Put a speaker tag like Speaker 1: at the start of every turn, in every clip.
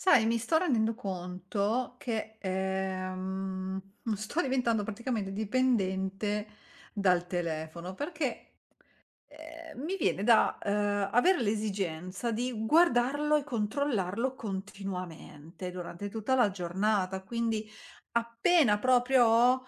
Speaker 1: Sai, mi sto rendendo conto che, sto diventando praticamente dipendente dal telefono perché mi viene da, avere l'esigenza di guardarlo e controllarlo continuamente durante tutta la giornata. Quindi appena proprio ho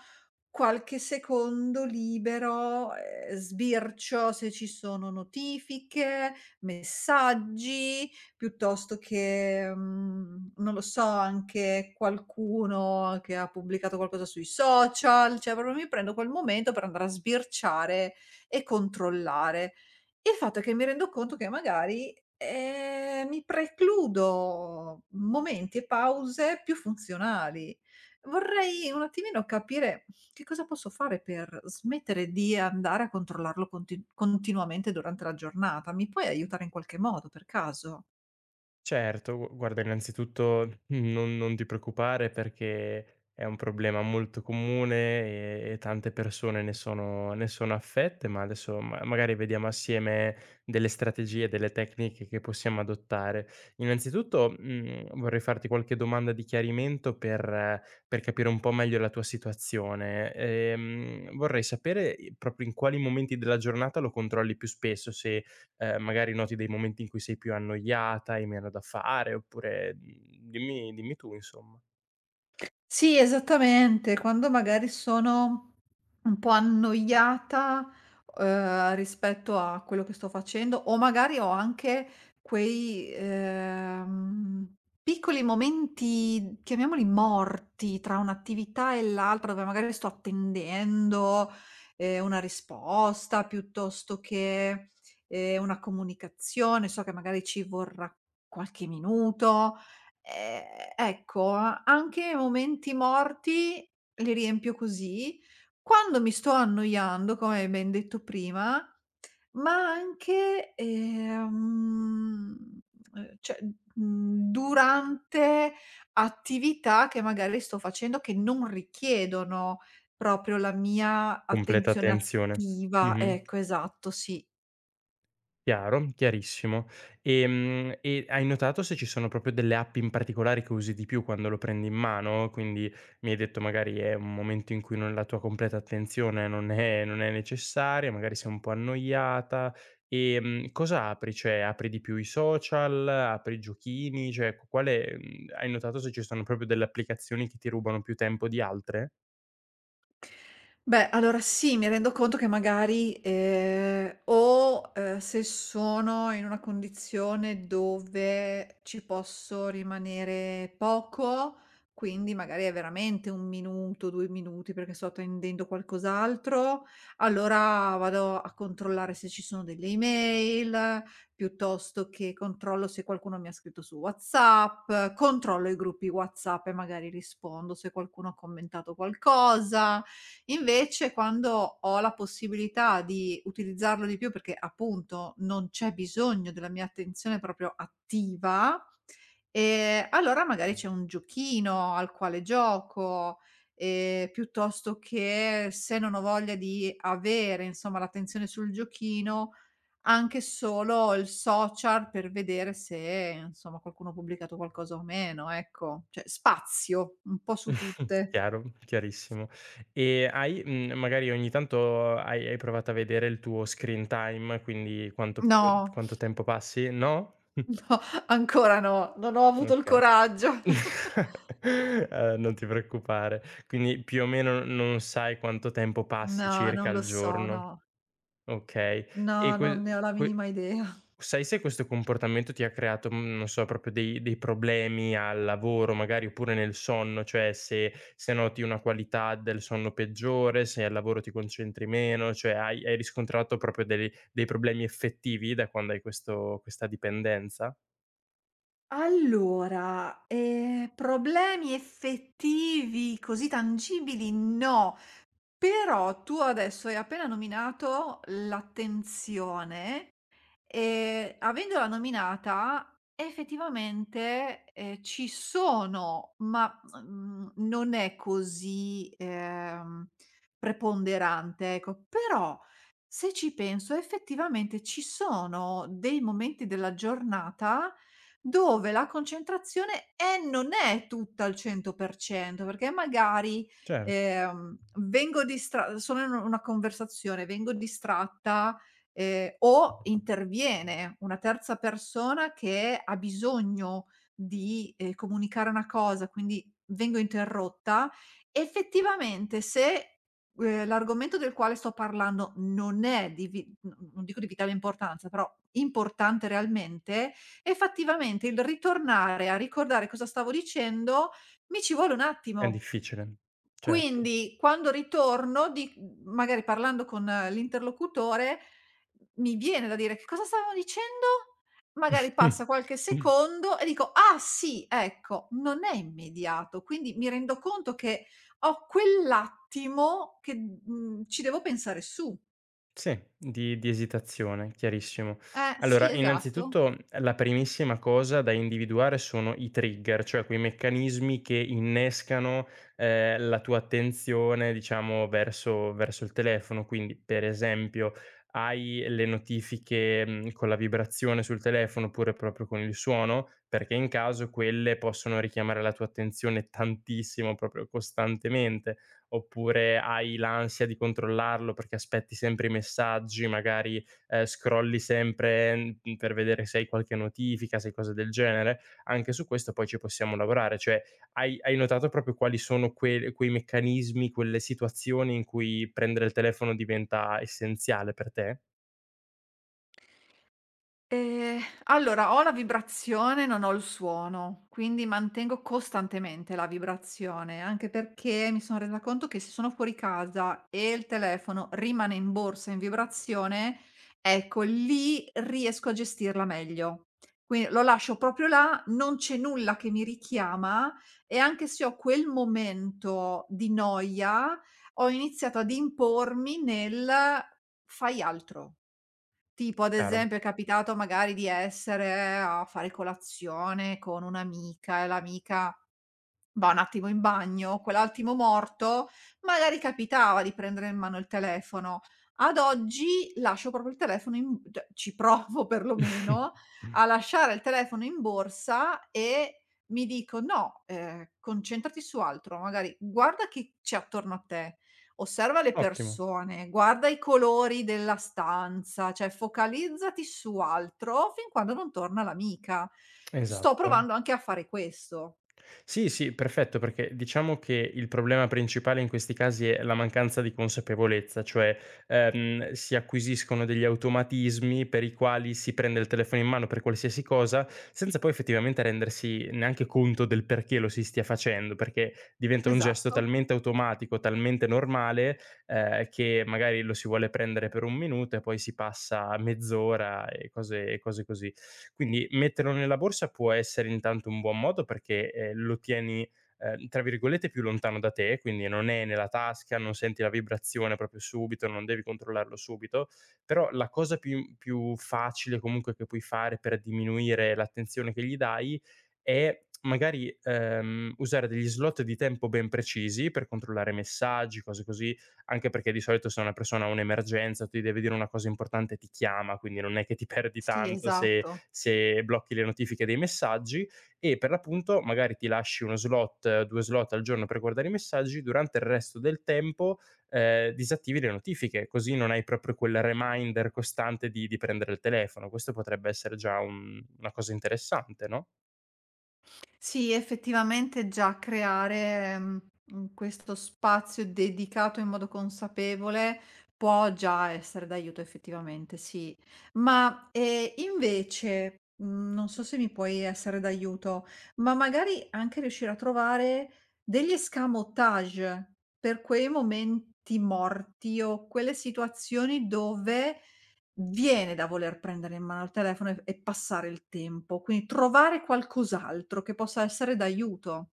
Speaker 1: qualche secondo libero, sbircio se ci sono notifiche, messaggi, piuttosto che, non lo so, anche qualcuno che ha pubblicato qualcosa sui social, cioè proprio mi prendo quel momento per andare a sbirciare e controllare. Il fatto è che mi rendo conto che magari, mi precludo momenti e pause più funzionali. Vorrei un attimino capire che cosa posso fare per smettere di andare a controllarlo continuamente durante la giornata? Mi puoi aiutare in qualche modo, per caso?
Speaker 2: Certo, gu guarda innanzitutto non ti preoccupare, perché è un problema molto comune e tante persone ne sono affette, ma adesso magari vediamo assieme delle strategie, delle tecniche che possiamo adottare. Innanzitutto, vorrei farti qualche domanda di chiarimento per capire un po' meglio la tua situazione. Vorrei sapere i proprio in quali momenti della giornata lo controlli più spesso, se magari noti dei momenti in cui sei più annoiata, hai meno da fare, oppure, dimmi tu insomma.
Speaker 1: Sì, esattamente. Quando magari sono un po' annoiata, rispetto a quello che sto facendo, o magari ho anche quei, piccoli momenti, chiamiamoli morti, tra un'attività e l'altra, dove magari sto attendendo, una risposta piuttosto che, una comunicazione, so che magari ci vorrà qualche minuto. Ecco, anche momenti morti li riempio così. Quando mi sto annoiando, come hai ben detto prima, ma anche, cioè, durante attività che magari sto facendo che non richiedono proprio la mia
Speaker 2: Completa
Speaker 1: attenzione
Speaker 2: tensione.
Speaker 1: attiva.
Speaker 2: Mh-mh.
Speaker 1: Ecco, esatto, sì.
Speaker 2: Chiaro, chiarissimo. E hai notato se ci sono proprio delle app in particolare che usi di più quando lo prendi in mano? Quindi mi hai detto magari è un momento in cui non la tua completa attenzione non è necessaria, magari sei un po' annoiata. Cosa apri? Cioè apri di più i social, apri i giochini, cioè hai notato se ci sono proprio delle applicazioni che ti rubano più tempo di altre?
Speaker 1: Beh, allora sì, mi rendo conto che magari, se sono in una condizione dove ci posso rimanere poco, quindi magari è veramente 1 minuto, 2 minuti, perché sto attendendo qualcos'altro, allora vado a controllare se ci sono delle email, piuttosto che controllo se qualcuno mi ha scritto su WhatsApp, controllo i gruppi WhatsApp e magari rispondo se qualcuno ha commentato qualcosa. Invece quando ho la possibilità di utilizzarlo di più, perché appunto non c'è bisogno della mia attenzione proprio attiva, allora magari c'è un giochino al quale gioco, piuttosto che se non ho voglia di avere insomma l'attenzione sul giochino, anche solo il social per vedere se insomma qualcuno ha pubblicato qualcosa o meno, ecco. Cioè spazio un po' su tutte.
Speaker 2: Chiaro, chiarissimo. E magari ogni tanto hai provato a vedere il tuo screen time, quindi quanto proprio
Speaker 1: No.
Speaker 2: quanto tempo passi? No?
Speaker 1: No, ancora no, non ho avuto il
Speaker 2: Okay.
Speaker 1: coraggio.
Speaker 2: Non ti preoccupare. Quindi più o meno non sai quanto tempo passi
Speaker 1: No,
Speaker 2: circa
Speaker 1: non lo
Speaker 2: al
Speaker 1: so,
Speaker 2: giorno.
Speaker 1: no.
Speaker 2: Okay.
Speaker 1: No,
Speaker 2: E quel
Speaker 1: non ne ho la
Speaker 2: que
Speaker 1: minima idea.
Speaker 2: Sai se questo comportamento ti ha creato, non so, proprio dei problemi al lavoro magari, oppure nel sonno, cioè se noti una qualità del sonno peggiore, se al lavoro ti concentri meno, cioè hai riscontrato proprio dei problemi effettivi da quando hai questo questa dipendenza?
Speaker 1: Allora, problemi effettivi così tangibili no, però tu adesso hai appena nominato l'attenzione. Avendola nominata effettivamente, ci sono, ma, non è così, preponderante, ecco. Però, se ci penso, effettivamente ci sono dei momenti della giornata dove la concentrazione è non è tutta al 100%, perché magari,
Speaker 2: Cer
Speaker 1: vengo distra sono in una conversazione, vengo distratta. O interviene una terza persona che ha bisogno di, comunicare una cosa, quindi vengo interrotta, effettivamente se, l'argomento del quale sto parlando non è di vi n non dico di vitale importanza, però importante realmente, effettivamente il ritornare a ricordare cosa stavo dicendo mi ci vuole un
Speaker 2: è
Speaker 1: attimo.
Speaker 2: difficile, certo.
Speaker 1: Quindi quando ritorno di magari parlando con l'interlocutore, mi viene da dire: "Che cosa stavamo dicendo?" Magari passa qualche secondo e dico: "Ah sì, ecco." Non è immediato, quindi mi rendo conto che ho quell'attimo che, ci devo pensare su.
Speaker 2: Sì, di esitazione, chiarissimo.
Speaker 1: Sì,
Speaker 2: Allora,
Speaker 1: esatto.
Speaker 2: innanzitutto la primissima cosa da individuare sono i trigger, cioè quei meccanismi che innescano, la tua attenzione diciamo verso il telefono. Quindi, per esempio, hai le notifiche, con la vibrazione sul telefono oppure proprio con il suono? Perché in caso quelle possono richiamare la tua attenzione tantissimo, proprio costantemente. Oppure hai l'ansia di controllarlo perché aspetti sempre i messaggi, magari, scrolli sempre, per vedere se hai qualche notifica, se cose del genere. Anche su questo poi ci possiamo lavorare, cioè hai notato proprio quali sono quei meccanismi, quelle situazioni in cui prendere il telefono diventa essenziale per te?
Speaker 1: Ehm, allora ho la vibrazione, non ho il suono, quindi mantengo costantemente la vibrazione, anche perché mi sono resa conto che se sono fuori casa e il telefono rimane in borsa in vibrazione, ecco lì riesco a gestirla meglio. Quindi lo lascio proprio là, non c'è nulla che mi richiama, e anche se ho quel momento di noia, ho iniziato ad impormi nel: "Fai altro". Tipo ad
Speaker 2: Chiaro.
Speaker 1: esempio è capitato magari di essere a fare colazione con un'amica e l'amica va un attimo in bagno, quell'attimo morto, magari capitava di prendere in mano il telefono. Ad oggi lascio proprio il telefono in, cioè ci provo perlomeno a lasciare il telefono in borsa, e mi dico: "No, concentrati su altro, magari guarda chi c'è attorno a te". Osserva le
Speaker 2: Ottimo,
Speaker 1: persone, guarda i colori della stanza, cioè focalizzati su altro fin quando non torna l'amica. Sto
Speaker 2: esatto.
Speaker 1: provando anche a fare questo.
Speaker 2: Sì, sì, perfetto, perché diciamo che il problema principale in questi casi è la mancanza di consapevolezza, cioè si acquisiscono degli automatismi per i quali si prende il telefono in mano per qualsiasi cosa, senza poi effettivamente rendersi neanche conto del perché lo si stia facendo, perché diventa un gesto
Speaker 1: Esatto.
Speaker 2: talmente automatico, talmente normale, che magari lo si vuole prendere per un minuto e poi si passa mezz'ora e cose, così. Quindi metterlo nella borsa può essere intanto un buon modo perché, lo tieni, tra virgolette, "più lontano da te", quindi non è nella tasca, non senti la vibrazione proprio subito, non devi controllarlo subito, però la cosa più facile comunque che puoi fare per diminuire l'attenzione che gli dai è magari, usare degli slot di tempo ben precisi per controllare messaggi, cose così, anche perché di solito, se una persona ha un'emergenza, ti deve dire una cosa importante, ti chiama, quindi non è che ti perdi
Speaker 1: Sì,
Speaker 2: tanto se
Speaker 1: esatto.
Speaker 2: blocchi le notifiche dei messaggi, e per l'appunto magari ti lasci 1 slot, 2 slot al giorno per guardare i messaggi. Durante il resto del tempo, disattivi le notifiche, così non hai proprio quel reminder costante di prendere il telefono. Questo potrebbe essere già un una cosa interessante, no?
Speaker 1: Sì, effettivamente già creare, questo spazio dedicato in modo consapevole può già essere d'aiuto effettivamente, sì. Ma, invece, non so se mi puoi essere d'aiuto, ma magari anche riuscire a trovare degli escamotage per quei momenti morti o quelle situazioni dove viene da voler prendere in mano il telefono e passare il tempo, quindi trovare qualcos'altro che possa essere d'aiuto.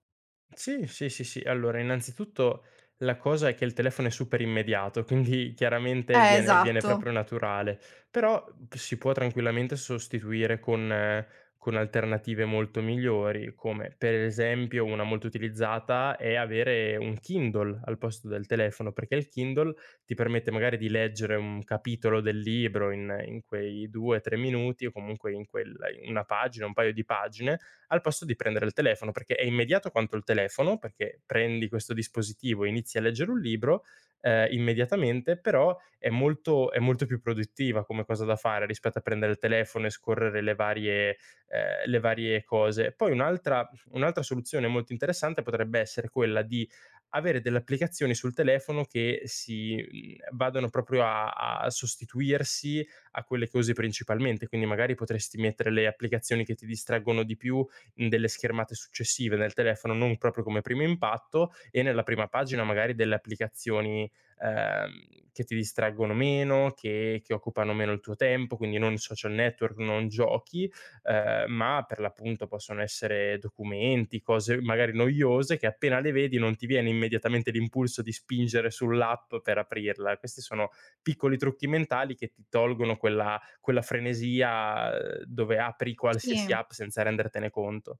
Speaker 2: Sì, sì, sì, sì. Allora, innanzitutto la cosa è che il telefono è super immediato, quindi chiaramente viene
Speaker 1: Esatto.
Speaker 2: proprio naturale, però p si può tranquillamente sostituire con alternative molto migliori, come per esempio una molto utilizzata è avere un Kindle al posto del telefono, perché il Kindle ti permette magari di leggere un capitolo del libro in quei 2, 3 minuti o comunque in 1 pagina, un paio di pagine, al posto di prendere il telefono, perché è immediato quanto il telefono, perché prendi questo dispositivo e inizi a leggere un libro, immediatamente, però è molto più produttiva come cosa da fare rispetto a prendere il telefono e scorrere le varie cose. Poi un'altra soluzione molto interessante potrebbe essere quella di avere delle applicazioni sul telefono che si vadano proprio a sostituirsi a quelle che usi principalmente, quindi magari potresti mettere le applicazioni che ti distraggono di più delle schermate successive nel telefono, non proprio come primo impatto e nella prima pagina, magari delle applicazioni, ehm, che ti distraggono meno, che occupano meno il tuo tempo, quindi non social network, non giochi, ma per l'appunto possono essere documenti, cose magari noiose che appena le vedi non ti viene immediatamente l'impulso di spingere sull'app per aprirla. Questi sono piccoli trucchi mentali che ti tolgono quella frenesia, dove apri qualsiasi
Speaker 1: Sì.
Speaker 2: app senza rendertene conto.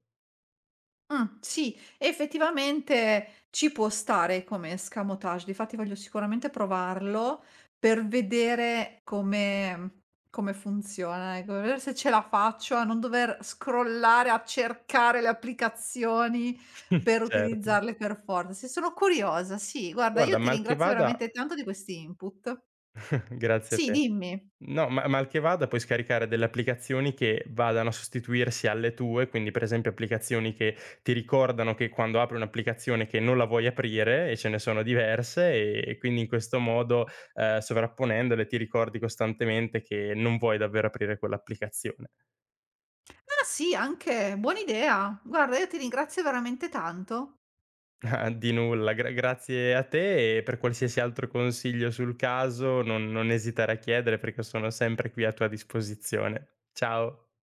Speaker 1: Sì, effettivamente ci può stare come escamotage, difatti voglio sicuramente provarlo per vedere come come funziona, ecco, vedere se ce la faccio a non dover scrollare a cercare le applicazioni per
Speaker 2: Certo.
Speaker 1: utilizzarle per forza. Sì, sono curiosa, sì. Guarda,
Speaker 2: Guarda,
Speaker 1: io ti
Speaker 2: mal che
Speaker 1: ringrazio
Speaker 2: vada
Speaker 1: veramente tanto di questi input.
Speaker 2: grazie a
Speaker 1: Sì,
Speaker 2: te.
Speaker 1: dimmi.
Speaker 2: No, ma mal che vada puoi scaricare delle applicazioni che vadano a sostituirsi alle tue, quindi per esempio applicazioni che ti ricordano che quando apri un'applicazione che non la vuoi aprire, e ce ne sono diverse, e quindi in questo modo, sovrapponendole, ti ricordi costantemente che non vuoi davvero aprire quell'applicazione.
Speaker 1: Ah sì, anche, buona idea. Guarda, io ti ringrazio veramente tanto.
Speaker 2: Ah, di nulla, grazie a te, e per qualsiasi altro consiglio sul caso non esitare a chiedere, perché sono sempre qui a tua disposizione. Ciao.